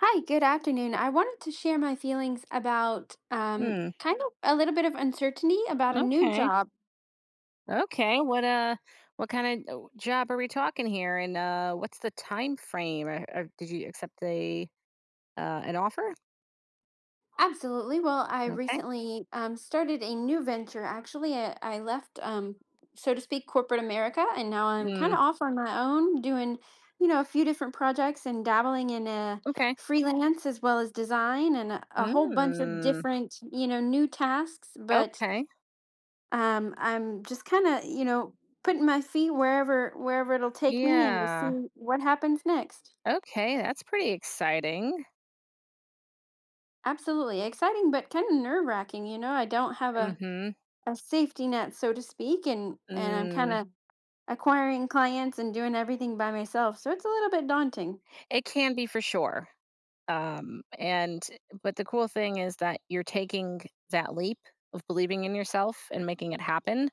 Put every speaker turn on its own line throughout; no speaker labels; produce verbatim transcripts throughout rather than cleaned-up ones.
Hi, good afternoon. I wanted to share my feelings about um,
Hmm.
kind of a little bit of uncertainty about a new
Okay.
job.
Okay. What uh what kind of job are we talking here, and uh what's the time frame? Or, or did you accept a uh an offer?
Absolutely. Well, I
Okay.
recently um, started a new venture. Actually, I, I left, um, so to speak, corporate America, and now I'm kind
Mm.
of off on my own doing, you know, a few different projects and dabbling in a
Okay.
freelance as well as design and a, a whole bunch of
Mm.
different, you know, new tasks. But
Okay.
um I'm just kind of you know putting my feet wherever wherever it'll take me and just
Yeah.
see what happens next.
Okay, that's pretty exciting.
Absolutely exciting, but kind of nerve wracking. you know I don't have a,
Mhm.
a safety net, so to speak, and and I'm kind
Mm.
of acquiring clients and doing everything by myself, so it's a little bit daunting.
It can be for sure. Um and but the cool thing is that you're taking that leap of believing in yourself and making it happen.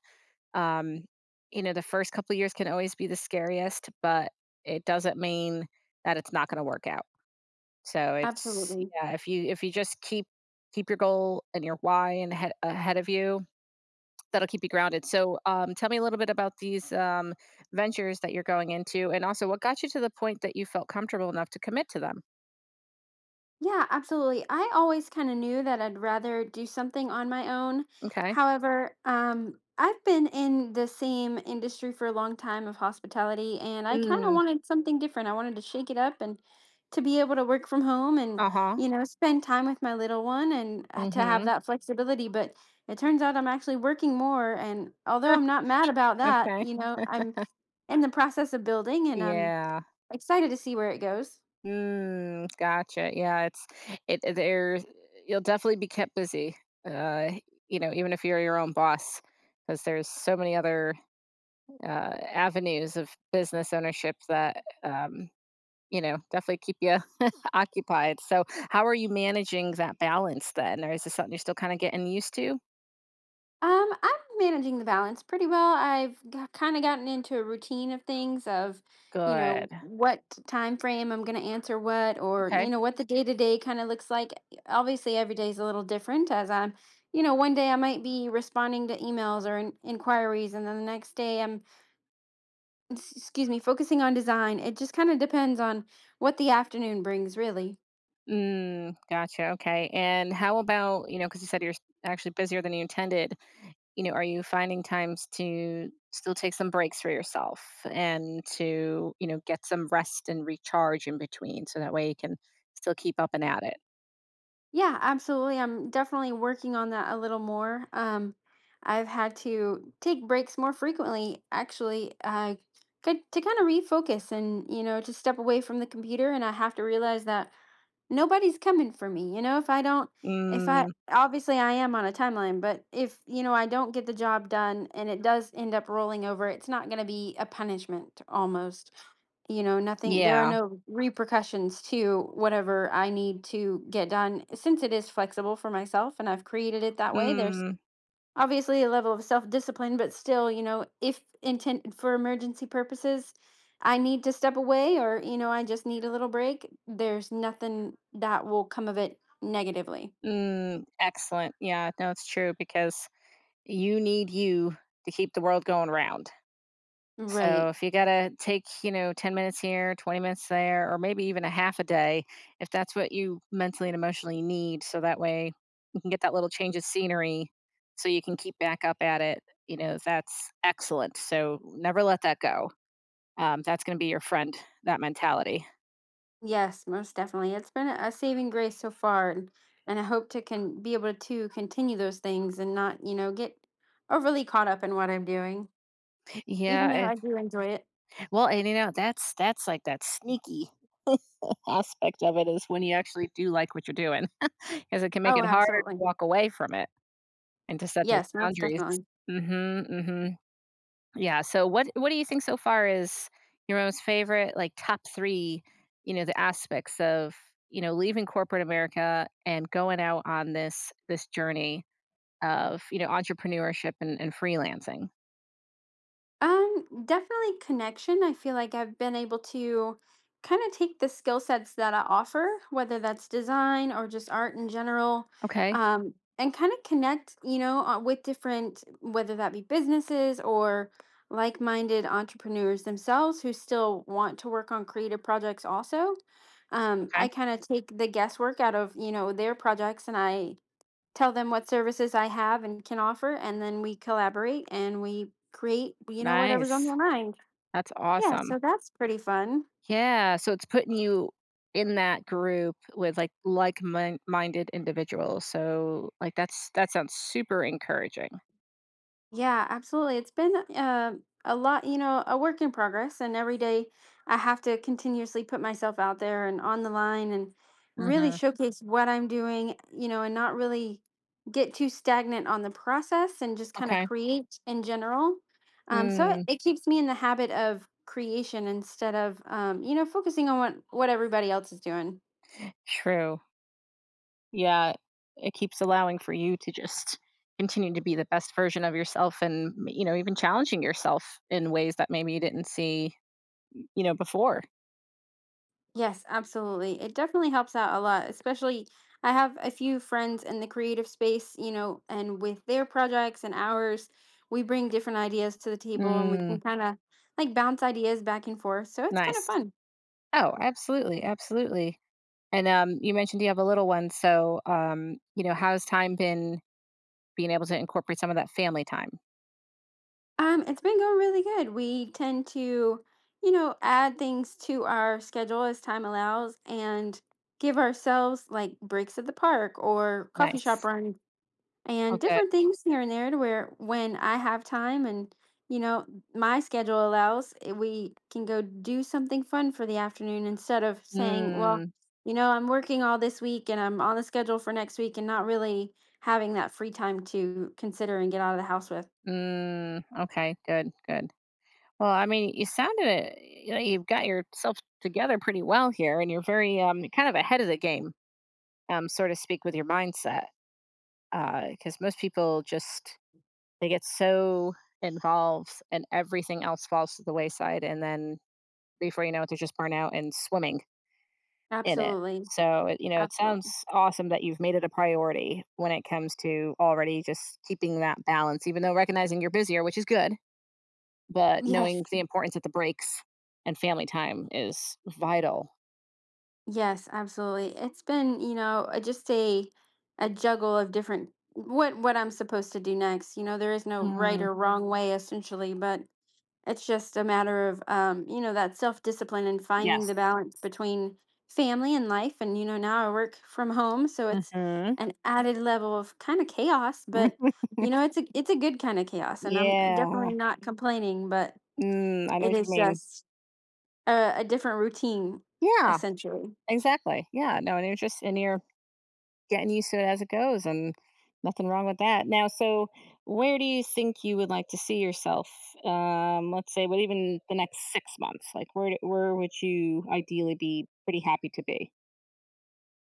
Um, you know, the first couple of years can always be the scariest, but it doesn't mean that it's not going to work out. So it's
Absolutely.
yeah, if you if you just keep keep your goal and your why and ahead, ahead of you, that'll keep you grounded. So um, tell me a little bit about these um, ventures that you're going into, and also what got you to the point that you felt comfortable enough to commit to them.
Yeah, absolutely. I always kind of knew that I'd rather do something on my own.
Okay.
However, um, I've been in the same industry for a long time of hospitality, and I kind of
Mm,
wanted something different. I wanted to shake it up and to be able to work from home and,
uh huh.
you know, spend time with my little one and uh,
Mm
to have
hmm.
that flexibility. But it turns out I'm actually working more. And although I'm not mad about that,
Okay.
you know, I'm in the process of building, and I'm
Yeah.
excited to see where it goes.
Mm, gotcha. Yeah, it's it it- there you'll definitely be kept busy. Uh, you know, even if you're your own boss, because there's so many other uh, avenues of business ownership that um, you know, definitely keep you occupied. So, how are you managing that balance then? Or is this something you're still kind of getting used to?
Um, I'm managing the balance pretty well. I've kind of gotten into a routine of things of, you
Good.
know, what time frame I'm going to answer what, or, you
Okay.
know, what the day to day kind of looks like. Obviously, every day is a little different, as I'm, you know, one day I might be responding to emails or in- inquiries, and then the next day I'm, s- excuse me, focusing on design. It just kind of depends on what the afternoon brings, really.
Mm, gotcha. Okay. And how about, you know, because you said you're actually busier than you intended, you know, are you finding times to still take some breaks for yourself and to, you know, get some rest and recharge in between so that way you can still keep up and at it?
Yeah, absolutely. I'm definitely working on that a little more. Um, I've had to take breaks more frequently, actually, uh, good- to kind of refocus and, you know, to step away from the computer. And I have to realize that nobody's coming for me. You know if I don't, if I,
Mm,
obviously I am on a timeline, but if you know I don't get the job done and it does end up rolling over, it's not going to be a punishment almost. You know nothing, there are
yeah.
no repercussions to whatever I need to get done, since it is flexible for myself and I've created it that way. There's
Mm,
obviously a level of self-discipline, but still you know if intended for emergency purposes, I need to step away, or you know I just need a little break. There's nothing that will come of it negatively.
mm, excellent. Yeah, no, it's true because you need you to keep the world going round. So
Right.
if you gotta take, you know, ten minutes here, twenty minutes there, or maybe even a half a day, if that's what you mentally and emotionally need, so that way you can get that little change of scenery, so you can keep back up at it, you know, that's excellent. So never let that go. Um, that's gonna be your friend, that mentality.
Yes, most definitely. It's been a saving grace so far, and, and I hope to can be able to continue those things and not you know get overly caught up in what I'm doing, even
Yeah,
though
it,
I do enjoy it.
well, and you know, that's that's like that sneaky aspect of it is when you actually do like what you're doing, doing, because it can make
Oh,
it harder to
absolutely.
walk away from it. And to set those
Yes, most
boundaries.
definitely.
Mhm, mhm. Yeah, so what what do you think so far is your most favorite, like, top three, you know, the aspects of, you know, leaving corporate America and going out on this this journey of, you know, entrepreneurship, and and freelancing?
Um, definitely connection. I feel like I've been able to kind of take the skill sets that I offer, whether that's design or just art in general,
Okay,
um, and kind of connect, you know, uh, with different, whether that be businesses or like-minded entrepreneurs themselves who still want to work on creative projects also. Um,
okay.
I kind of take the guesswork out of, you know, their projects, and I tell them what services I have and can offer, and then we collaborate and we create, you know, whatever's on
Nice.
their mind.
That's
Yeah,
awesome.
so that's pretty fun.
Yeah, so it's putting you in that group with, like, like-min minded individuals, so, like, that's that sounds super encouraging.
Yeah, absolutely. It's been uh, a lot, you know, a work in progress, and every day I have to continuously put myself out there and on the line and really
Mhm.
showcase what I'm doing, you know, and not really get too stagnant on the process and just kind of
Okay.
create in general. Um, so it,
Mm,
it keeps me in the habit of creation instead of, um, you know, focusing on what what everybody else is doing.
true. Yeah, it keeps allowing for you to just continue to be the best version of yourself and, you know, even challenging yourself in ways that maybe you didn't see, you know, before.
Yes, absolutely. It definitely helps out a lot, especially I have a few friends in the creative space, you know, and with their projects and ours, we bring different ideas to the table and we
Mm,
can kind of like bounce ideas back and forth. So it's kind of
nice.
fun.
Oh, absolutely, absolutely. And um, you mentioned you have a little one, so um, you know, how's time been being able to incorporate some of that family time?
Um, it's been going really good. We tend to, you know, add things to our schedule as time allows, and give ourselves like breaks at the park or coffee shop
Nice.
runs
Oh,
and
good.
different things here and there, to where when I have time and you know my schedule allows, eh, we can go do something fun for the afternoon, instead of saying, well,
Mm,
you know I'm working all this week and I'm on the schedule for next week and not really having that free time to consider and get out of the house with.
mm, okay, good, good. Well, I mean, you sounded it. You know, you've got yourself together pretty well here, and you're very um, kind of ahead of the game, um, so to speak, with your mindset. Because most people just they get so involved, and everything else falls to the wayside, and then before you know it, they're just burnt out and swimming in it.
Absolutely.
So it- you know, it sounds
Absolutely.
awesome that you've made it a priority when it comes to already just keeping that balance, even though recognizing you're busier, which is good, but
Yes.
knowing the importance that the breaks and family time is vital.
Yes, absolutely. It's been, you know a- just a a juggle of different what what I'm supposed to do next. You know there is no right
Mm.
or wrong way, essentially, but it's just a matter of, um, you know, that self discipline and
Yes.
finding the balance between family and life. And, you know, now I work from home, so
Mhm.
it's
Mhm.
an added level of kind of chaos. But you know, it's a it's a good kind of chaos, and I'm
Yeah.
definitely not complaining. But
Mm, I know
it
what you
is
mean.
just a, a different routine,
Yeah,
essentially.
exactly. Yeah, no, and you're just and you're getting used to it as it goes, and nothing wrong with that. Now, so where do you think you would like to see yourself? Um, let's say, what even the next six months? Like, where do- where would you ideally be pretty happy to be?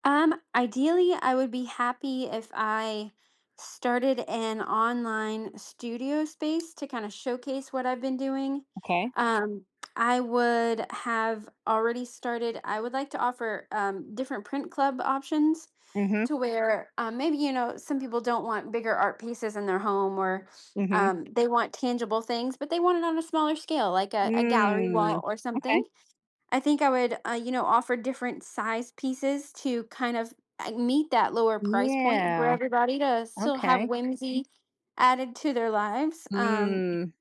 Um, ideally, I would be happy if I started an online studio space to kind of showcase what I've been doing.
Okay.
Um, I would have already started. I would like to offer um, different print club options,
Mm-hmm.
to where um, maybe, you know, some people don't want bigger art pieces in their home, or
Mm-hmm.
um, they want tangible things, but they want it on a smaller scale, like a, a gallery, right,
Mm.
wall or something.
Okay.
I think I would, uh, you know, offer different size pieces to kind of uh, meet that lower price point for
Yeah.
everybody to still have
Okay.
whimsy added to their lives. Um,
Mm,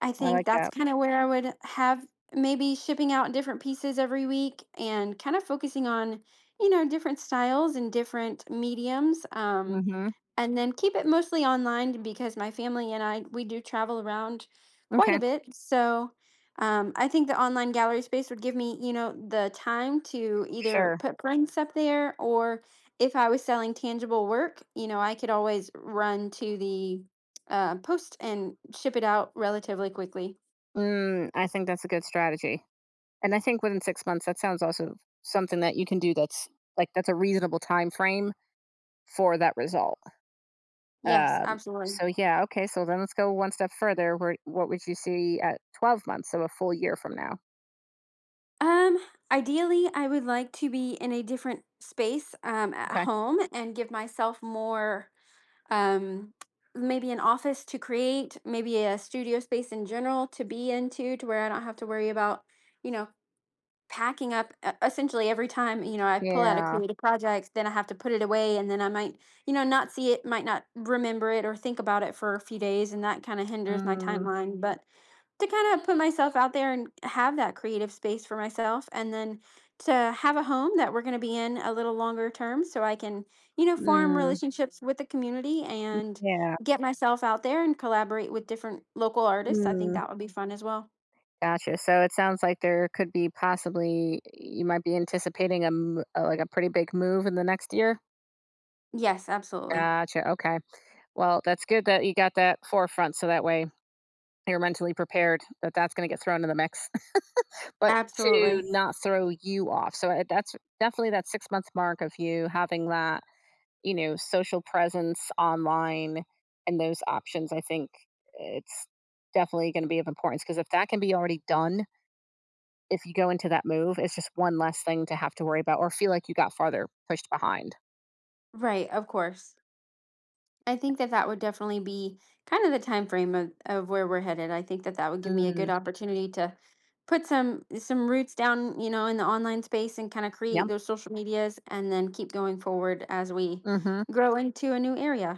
I
I
think
like
that's
that.
kind of where I would have, maybe shipping out different pieces every week and kind of focusing on, you know, different styles and different mediums. Um,
Mhm.
and then keep it mostly online, because my family and I, we do travel around quite
Okay.
a bit. So um, I think the online gallery space would give me, you know, the time to either
Sure.
put prints up there, or if I was selling tangible work, you know, I could always run to the uh, post and ship it out relatively quickly.
Mm, I think that's a good strategy. And I think within six months that sounds also something that you can do that's like that's a reasonable time frame for that result.
Yes,
Um
absolutely.
so yeah, okay. So then let's go one step further. Where what would you see at twelve months, so a full year from now?
Um, Ideally, I would like to be in a different space um, at
Okay.
home and give myself more, um, maybe an office to create, maybe a studio space in general to be into, to where I don't have to worry about, you know, packing up uh, essentially every time. you know I pull out a
Yeah.
creative project, then I have to put it away, and then I might you know not see it, might not remember it or think about it for a few days, and that kind of hinders my
Mm,
timeline. But to kind of put myself out there and have that creative space for myself, and then to have a home that we're going to be in a little longer term, so I can you know form
mm,
relationships with the community and
yeah.
get myself out there and collaborate with different local artists. I think
Mm.
that would be fun as well.
Gotcha. So it sounds like there could be possibly you might be anticipating a m- a- like a pretty big move in the next year.
Yes, absolutely.
Gotcha. Okay. Well, that's good that you got that forefront, so that way you're mentally prepared that that's going to get thrown in the mix, but to
Absolutely.
not throw you off. So uh, that's definitely that six month mark of you having that, you know, social presence online and those options. I think it's definitely going to be of importance because if that can be already done, if you go into that move, it's just one less thing to have to worry about or feel like you got farther pushed behind.
Right, of course. I think that that would definitely be kind of the time frame of, of where we're headed. I think that that would give me a
Mm.
good opportunity to put some some roots down, you know, in the online space, and kind of create
Yep.
those social medias and then keep going forward as we
Mhm.
grow into a new area.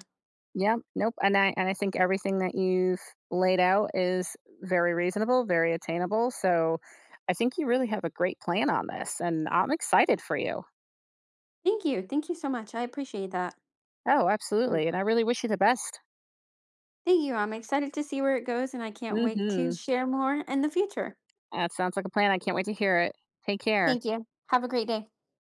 Yep. Nope. And I and I think everything that you've laid out is very reasonable, very attainable. So I think you really have a great plan on this and I'm excited for you.
Thank you. Thank you so much. I appreciate that.
Oh,
Mm.
absolutely. And I really wish you the best.
Thank you. I'm excited to see where it goes and I can't wait to
Mhm.
share more in the future.
That sounds like a plan. I can't wait to hear it. Take care.
Thank you. Have a great day.